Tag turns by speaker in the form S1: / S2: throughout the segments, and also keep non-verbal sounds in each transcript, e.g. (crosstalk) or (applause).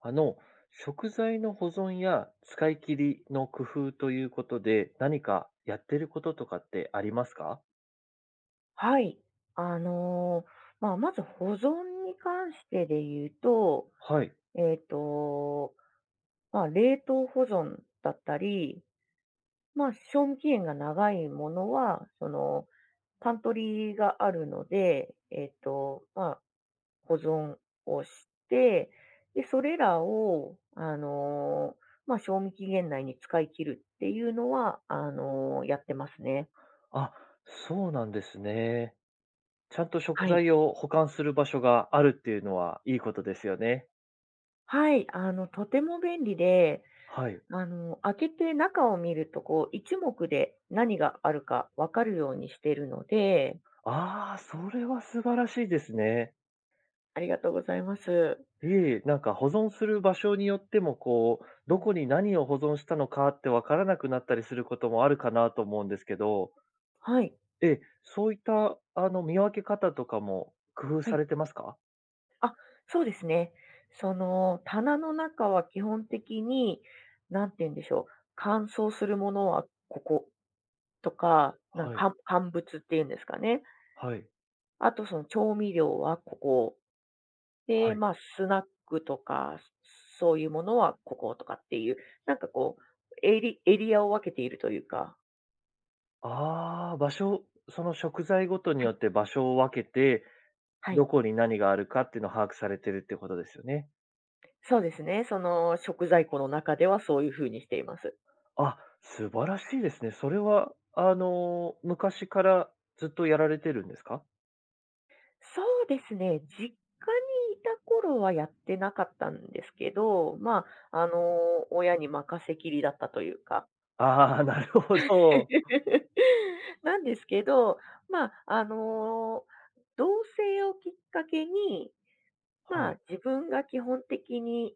S1: あの、食材の保存や使い切りの工夫ということで、何かやってることとかってありますか。
S2: はい。あの、まず保存に関してで言うと、
S1: はい。
S2: えっと、冷凍保存だったり、賞味期限が長いものは、パントリーがあるので、保存をして、で、それらを、賞味期限内に使い切るっていうのは、やってますね。
S1: あ、そうなんですね。ちゃんと食
S2: はい。
S1: 材を保管する場所があるっていうのはいいことですよね。
S2: はい、とても便利で、
S1: はい。
S2: 開けて中を見ると、こう、一目で何があるかわかるようにしているので、
S1: ああ、それは素晴らしいですね。
S2: ありがとうございます。
S1: いえいえ、なんか保存する場所によっても、こう、
S2: う
S1: ど
S2: ん、
S1: こに何を保存したのかってわからなくなったりすることもあるかなと思うんですけど、
S2: はい、
S1: えそういった、見分け方とかも工夫
S2: は
S1: さ
S2: い。
S1: れてますか？
S2: あ、そうですね。棚の中は基本的に、なんて言うんでしょう、乾燥するものはとか、なんか
S1: はい、
S2: 乾物っていうんですかね。
S1: はい、
S2: あとその調味料はここ。
S1: は
S2: で、
S1: い。
S2: スナックとか、そういうものはこことかっていう、なんかこう、エリアを分けているというか。
S1: ああ、場所その食材ごとに
S2: は
S1: よ
S2: い。
S1: って場所を分けて、
S2: はい。
S1: どこに何があるかっていうのを把握されてるってことですよね。
S2: そうですね。その食在庫の中ではそういうふうにしています。
S1: あ、素晴らしいですね。それは、昔からずっとやられてるんですか？
S2: そうですね。実家にいた頃はやってなかったんですけど、あ、あの、親に任せきりだったというか。
S1: (laughs) ああー、なるほど。
S2: (laughs) なんですけど、まあ、あの、同棲をきっかけに、
S1: はい。
S2: 自分が基本的に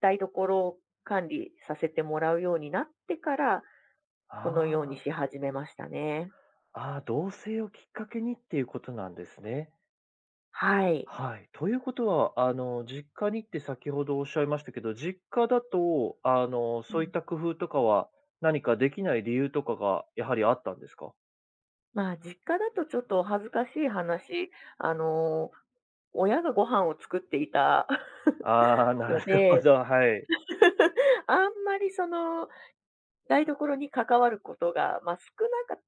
S2: 台所を管理させてもらうようになってから、このように
S1: あ
S2: し始めましたね。
S1: あ、ああ、同棲をきっかけにっていうことなんですね。
S2: はい。
S1: はい。ということは、実家にって先ほどおっしゃいましたけど、実家だと、そういった工夫とかは、何かできない理由とかがやはりあったんですか？
S2: 実家だとちょっとお恥ずかしい話、あの、親がご飯を作っていた
S1: (laughs) ああ
S2: (laughs)
S1: ー、な
S2: の
S1: るほ
S2: で、
S1: ど、はい。
S2: (laughs) あんまりその台所に関わることが、少なかっ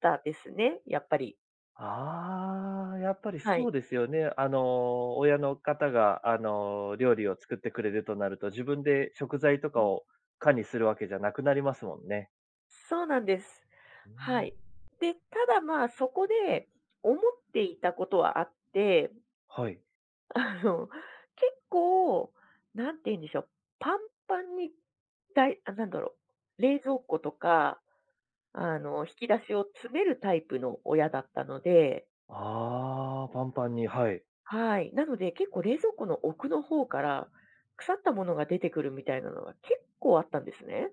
S2: たですね、やっぱり。
S1: ああ、やっぱり
S2: は
S1: そ
S2: い。
S1: うですよね。親の方が、料理を作ってくれるとなると、自分で食材と
S2: う
S1: か
S2: ん、
S1: を管理するわけじゃなくなりますもんね。
S2: そうなんです。
S1: う
S2: は
S1: ん。
S2: い。で、ただそこで思っていたことはあって、
S1: はい。
S2: (laughs) あの、結構、なんて言うんでしょう、パンパンに、だいあなんだろう、冷蔵庫とか、引き出しを詰めるタイプの親だったので、
S1: ああ、パンパンに、はい。
S2: はい。なので、結構冷蔵庫の奥の方から、腐ったものが出てくるみたいなのが結構あったんですね。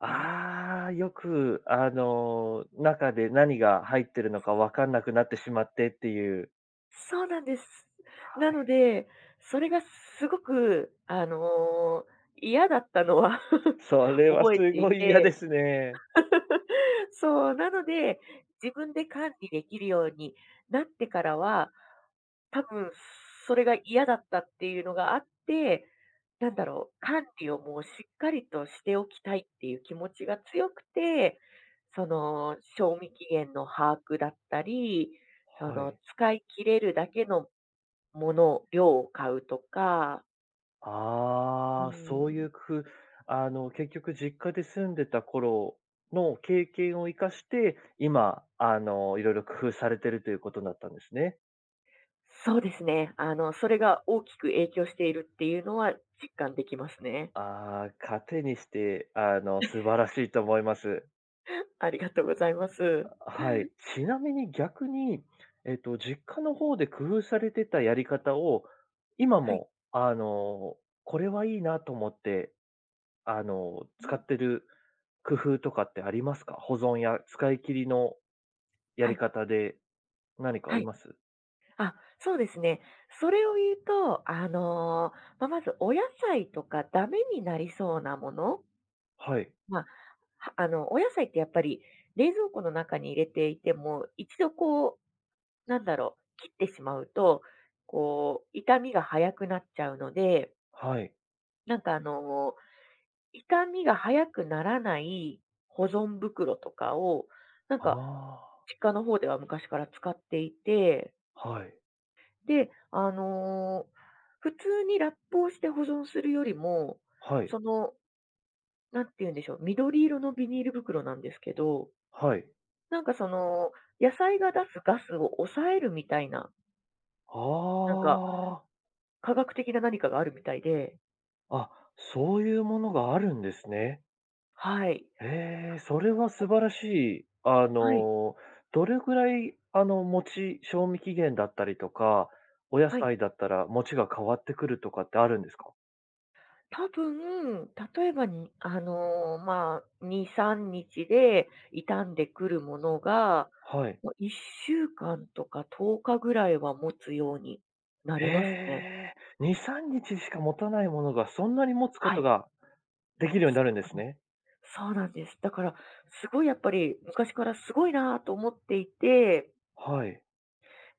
S1: ああ、よく、中で何が入ってるのか分かんなくなってしまってっていう、
S2: そうなんです。なので、それがすごく、嫌だったのは (laughs)
S1: それは
S2: 覚え
S1: す
S2: てい
S1: ごい嫌で
S2: て、
S1: すね。
S2: そう、なので、自分で管理できるようになってからは、多分、それが嫌だったっていうのがあって、なんだろう、管理をもうしっかりとしておきたいっていう気持ちが強くて、賞味期限の把握だったり、
S1: はい。
S2: 使い切れるだけのもの、量を買うとか、う
S1: ああ、そう
S2: ん、
S1: いう工夫、結局実家で住んでた頃の経験を生かして、今、いろいろ工夫されてるということだったんですね。
S2: そうですね。それが大きく影響しているっていうのは実感できますね。
S1: ああ、糧にして、素晴らしいと思います。
S2: ありがとうございます。
S1: はい。ちなみに逆に、実家の方で工夫されてたやり方を、今
S2: はい。
S1: も、これはいいなと思って、
S2: う
S1: 使
S2: ん
S1: ってる工夫とかってありますか？保存や使い切りのや
S2: は
S1: り
S2: い。
S1: 方で何かあ
S2: は
S1: り
S2: い。
S1: ます？
S2: あ、そうですね。それを言うと、まずお野菜とかダメになりそうなもの、
S1: はい。
S2: まあ、はあの、お野菜ってやっぱり冷蔵庫の中に入れていても、一度こう、なんだろう、切ってしまうと、こう、傷みが早くなっちゃうので、
S1: はい。
S2: なんか傷みが早くならない保存袋とかを、なんか
S1: あ
S2: 実家の方では昔から使っていて
S1: あ、はい。
S2: で、普通にラップをして保存するよりも、
S1: はい。
S2: その、なんて言うんでしょう、緑色のビニール袋なんですけど、
S1: はい。
S2: なんかその、野菜が出すガスを抑えるみたいな、
S1: あ
S2: なんか
S1: あ。
S2: 科学的な何かがあるみたいで、
S1: あ、そういうものがあるんですね。
S2: はい。
S1: ええ、それは素晴らしい。
S2: はい。
S1: どれぐらい、賞味期限だったりとか、お野
S2: はい。
S1: 菜だったら餅が変わってくるとかってあるんですか？
S2: 多分、例えばに、2、3日で傷んでくるものが、
S1: はい。
S2: もう1週間とか10日ぐらいは持つようにな
S1: へ
S2: りますね。
S1: え、2、3日しか持たないものが、そんなに持つこ
S2: は
S1: と
S2: い。
S1: ができるように
S2: そう
S1: なるんです
S2: なんで
S1: ね。
S2: す。そうなんです。だから、すごいやっぱり昔からすごいなと思っていて、
S1: はい、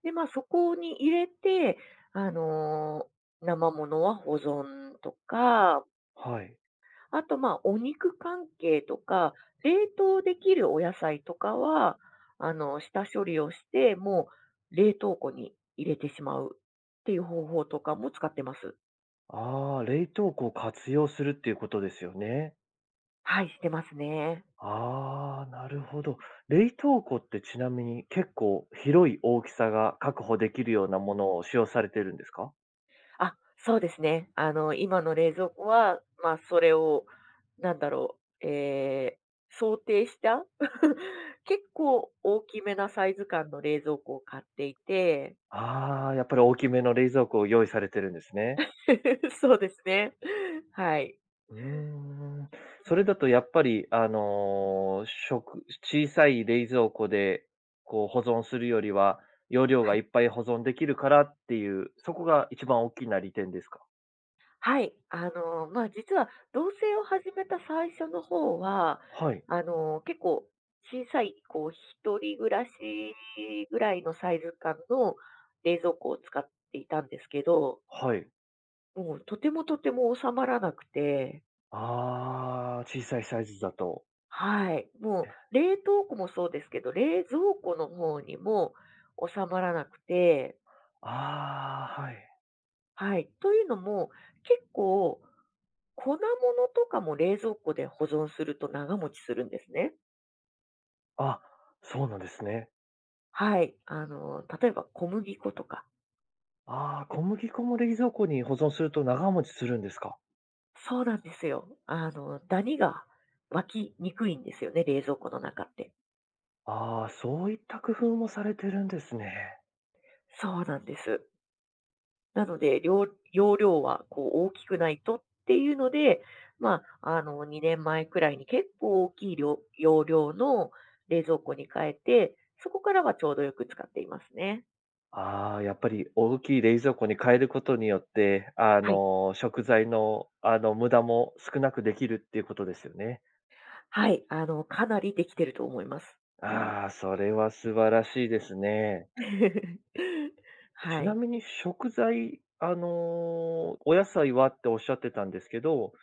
S2: で、そこに入れて、あの、生ものは保存とか、
S1: はい。
S2: あと、お肉関係とか、冷凍できるお野菜とかは、下処理をして、もう冷凍庫に入れてしまうっていう方法とかも使ってます。
S1: ああ、冷凍庫を活用するっていうことですよね。
S2: はい、してますね。
S1: ああ、なるほど。冷凍庫ってちなみに結構広い大きさが確保できるようなものを使用されてるんですか？
S2: あ、そうですね。今の冷蔵庫は、それを、なんだろう、想定した (laughs) 結構大きめなサイズ感の冷蔵庫を買っていて、
S1: ああー、やっぱり大きめの冷蔵庫を用意されてるんですね。
S2: (laughs) そうですね。はい。
S1: うーん。それだとやっぱり、小さい冷蔵庫でこう保存するよりは、容量
S2: は
S1: が
S2: い。
S1: いっぱい保存できるからっていう、そこが一番大きな利点ですか？
S2: はい。実は、同棲を始めた最初の方は、
S1: はい、
S2: 結構小さい、こう、一人暮らしぐらいのサイズ感の冷蔵庫を使っていたんですけど、
S1: はい。
S2: もうとてもとても収まらなくて、
S1: ああ、小さいサイズだと。
S2: はい。もう冷凍庫もそうですけど、冷蔵庫の方にも収まらなくて、
S1: ああ、はい。
S2: はい。というのも、結構粉物とかも冷蔵庫で保存すると長持ちするんですね。
S1: あ、そうなんですね。
S2: はい。例えば小麦粉とか。
S1: ああ、小麦粉も冷蔵庫に保存すると長持ちするんですか。
S2: そうなんですよ。ダニが湧きにくいんですよね、冷蔵庫の中って。
S1: ああ、そういった工夫もされてるんですね。
S2: そうなんです。なので、容量はこう大きくないとっていうので、2年前くらいに結構大きい容量の冷蔵庫に変えて、そこからはちょうどよく使っていますね。
S1: ああ、やっぱり大きい冷蔵庫に変えることによって、
S2: はい。
S1: 食材の、無駄も少なくできるっていうことですよね。
S2: はい、かなりできてると思います。
S1: ああ、それは素晴らしいですね。
S2: (laughs) は
S1: ちな
S2: い。
S1: みに食材、お野菜はっておっしゃってたんですけど、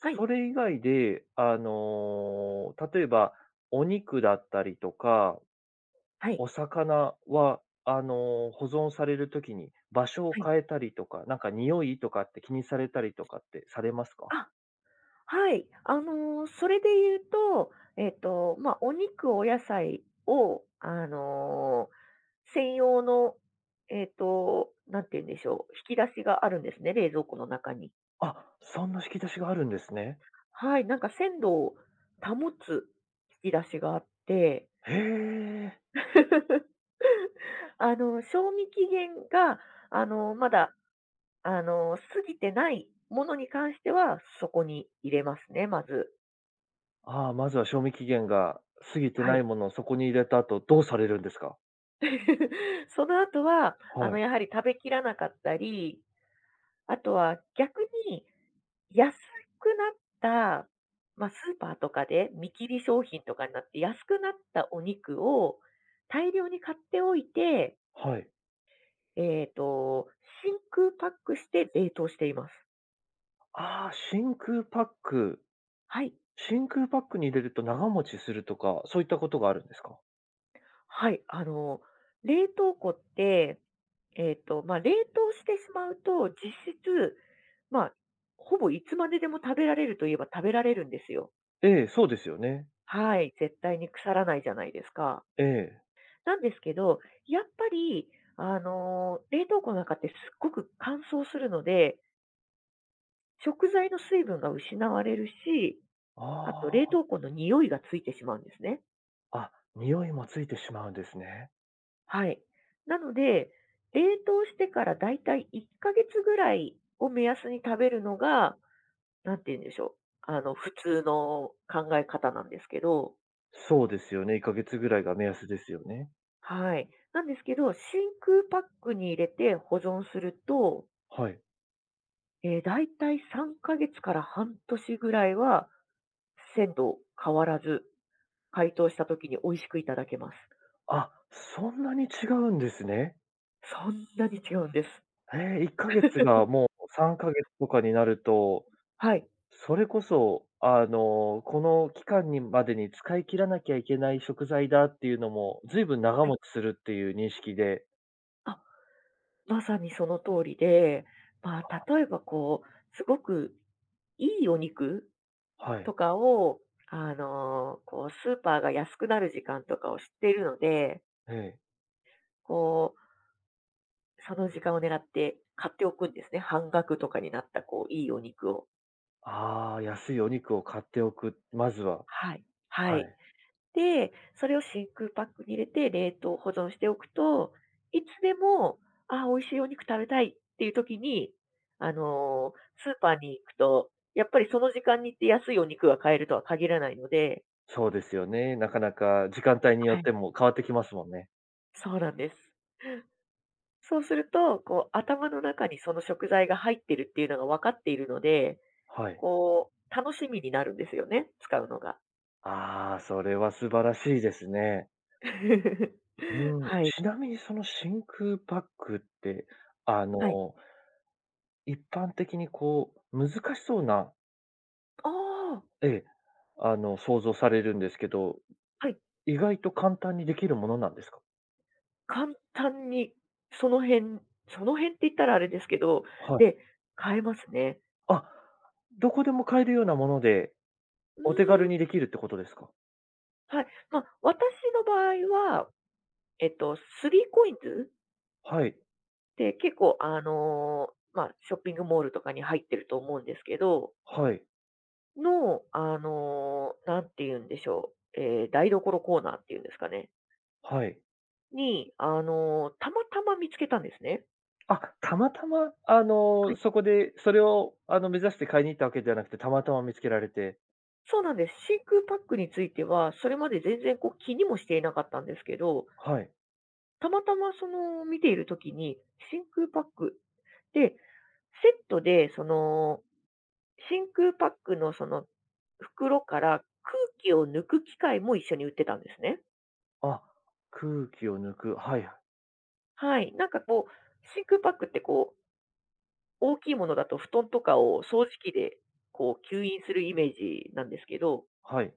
S2: はい。
S1: それ以外で、例えばお肉だったりとか、
S2: は
S1: お
S2: い。
S1: 魚は、保存されるときに場所を
S2: はい。
S1: 変えたりとか、なんか匂いとかって気にされたりとかってされますか？
S2: あ、はい。それで言うと、お肉、お野菜を、専用の、なんて言うんでしょう、引き出しがあるんですね、冷蔵庫の中に。
S1: あ、そんな引き出しがあるんですね。
S2: はい、なんか鮮度を保つ引き出しがあって、
S1: へえ。
S2: (laughs) 賞味期限が、まだ、過ぎてないものに関しては、そこに入れますね、まず。
S1: ああ、まずは賞味期限が過ぎて
S2: は
S1: ない
S2: い。
S1: ものをそこに入れた後、どうされるんですか？
S2: (laughs) その後は、
S1: はい、
S2: やはり食べきらなかったり、あとは逆に安くなった、スーパーとかで見切り商品とかになって安くなったお肉を大量に買っておいて、
S1: はい。
S2: えっと、真空パックして冷凍しています。
S1: ああ、真空パック。
S2: はい。
S1: 真空パックに入れると長持ちするとか、そういったことがあるんですか？
S2: はい、冷凍庫って、冷凍してしまうと、実質、まあ、ほぼいつまででも食べられるといえば食べられるんですよ。
S1: ええ、そうですよね。
S2: はい、絶対に腐らないじゃないですか。
S1: ええ。
S2: なんですけど、やっぱり、冷凍庫の中ってすっごく乾燥するので、食材の水分が失われるし、あと冷
S1: あ
S2: 凍庫の匂いがついてしまうんですね。
S1: あ、あ、匂いもついてしまうんですね。
S2: はい。なので、冷凍してからだいたい1ヶ月ぐらいを目安に食べるのが、なんて言うんでしょう。普通の考え方なんですけど、
S1: そうですよね、1ヶ月ぐらいが目安ですよね。
S2: はい。なんですけど、真空パックに入れて保存すると、
S1: はい。
S2: ええ、だいたい3か月から半年ぐらいは、鮮度変わらず、解凍した時に美味しくいただけます。
S1: あ、そんなに違うんですね。
S2: そんなに違うんです。
S1: ええ、1ヶ月がもう3ヶ月とかになると、
S2: はい。
S1: それこそ、この期間にまでに使い切らなきゃいけない食材だっていうのも、ずいぶん長
S2: はい。
S1: 持ちするっていう認識で。
S2: あ、まさにその通りで、例えばこう、すごくいいお肉
S1: は
S2: と
S1: い。
S2: かを、こう、スーパーが安くなる時間とかを知っているので、
S1: ええ。
S2: こう、その時間を狙って買っておくんですね。半額とかになったこう、いいお肉を。
S1: ああ、安いお肉を買っておく、まずは。
S2: はい。は
S1: は
S2: い。
S1: い。
S2: で、それを真空パックに入れて冷凍保存しておくと、いつでも、美味しいお肉食べたいっていう時に、スーパーに行くと、やっぱりその時間に行って安いお肉が買えるとは限らないので、
S1: そうですよね。なかなか時間帯によ
S2: は
S1: っ
S2: い。
S1: ても変わってきますもんね。
S2: そうなんです。そうすると、こう頭の中にその食材が入ってるっていうのが分かっているので、
S1: はい。
S2: こう楽しみになるんですよね、使うのが。
S1: ああ、それは素晴らしいですね。
S2: (laughs)
S1: うん。
S2: はい。
S1: ちなみにその真空パックって、あ
S2: はい。
S1: の、一般的にこう、難しそうな、
S2: ああ、
S1: ええ、想像されるんですけど、
S2: はい。
S1: 意外と簡単にできるものなんですか？
S2: 簡単にその辺その辺って言ったらあれですけど、
S1: はい。
S2: で、買えますね。
S1: あ、どこでも買えるようなもので、
S2: う
S1: お手
S2: ー
S1: 軽
S2: ん。
S1: にできるってことですか？
S2: はい。私の場合は、えっと、3 c コインズっ
S1: はい、
S2: て結構ショッピングモールとかに入ってると思うんですけど、
S1: はい。
S2: の、んて言うんでしょう、台所コーナーっていうんですかね、
S1: はい。
S2: に、たまたま見つけたんですね。
S1: あ、たまたま、
S2: はい。
S1: そこで、それを、目指して買いに行ったわけではなくて、たまたま見つけられて、
S2: そうなんです。真空パックについては、それまで全然こう気にもしていなかったんですけど、
S1: はい。
S2: たまたまその見ているときに、真空パックで、セットでその真空パックのその袋から空気を抜く機械も一緒に売ってたんですね。
S1: あ、空気を抜く、はいはい、
S2: はい。なんかこう、真空パックってこう、大きいものだと布団とかを掃除機でこう吸引するイメージなんですけど、
S1: はい。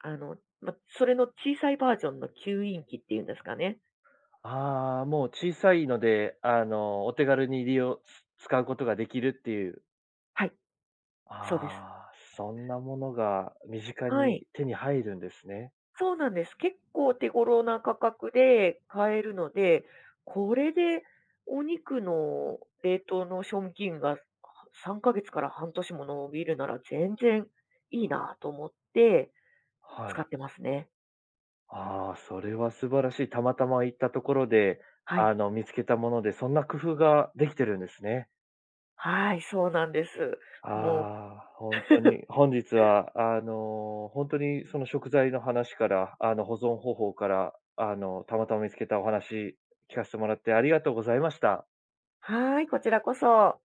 S2: それの小さいバージョンの吸引機っていうんですかね。
S1: ああ、もう小さいので、お手軽に利用つ使うことができるっていう。
S2: はい、そうです。
S1: ああ、そんなものが身近
S2: は
S1: に
S2: い。
S1: 手に入るんですね。
S2: そうなんです。結構手頃な価格で買えるので、これでお肉の冷凍の賞味期限が3ヶ月から半年も伸びるなら全然いいなと思って
S1: は
S2: 使
S1: い。
S2: ってますね。
S1: ああ、それは素晴らしい。たまたま行ったところで、
S2: はい。
S1: 見つけたもので、そんな工夫ができてるんですね。
S2: はい、そうなんです。もう
S1: ああ、本当
S2: (laughs)
S1: に、本日は、ほんにその食材の話から、保存方法から、たまたま見つけたお話聞かせてもらってありがとうございました。
S2: はい、こちらこそ。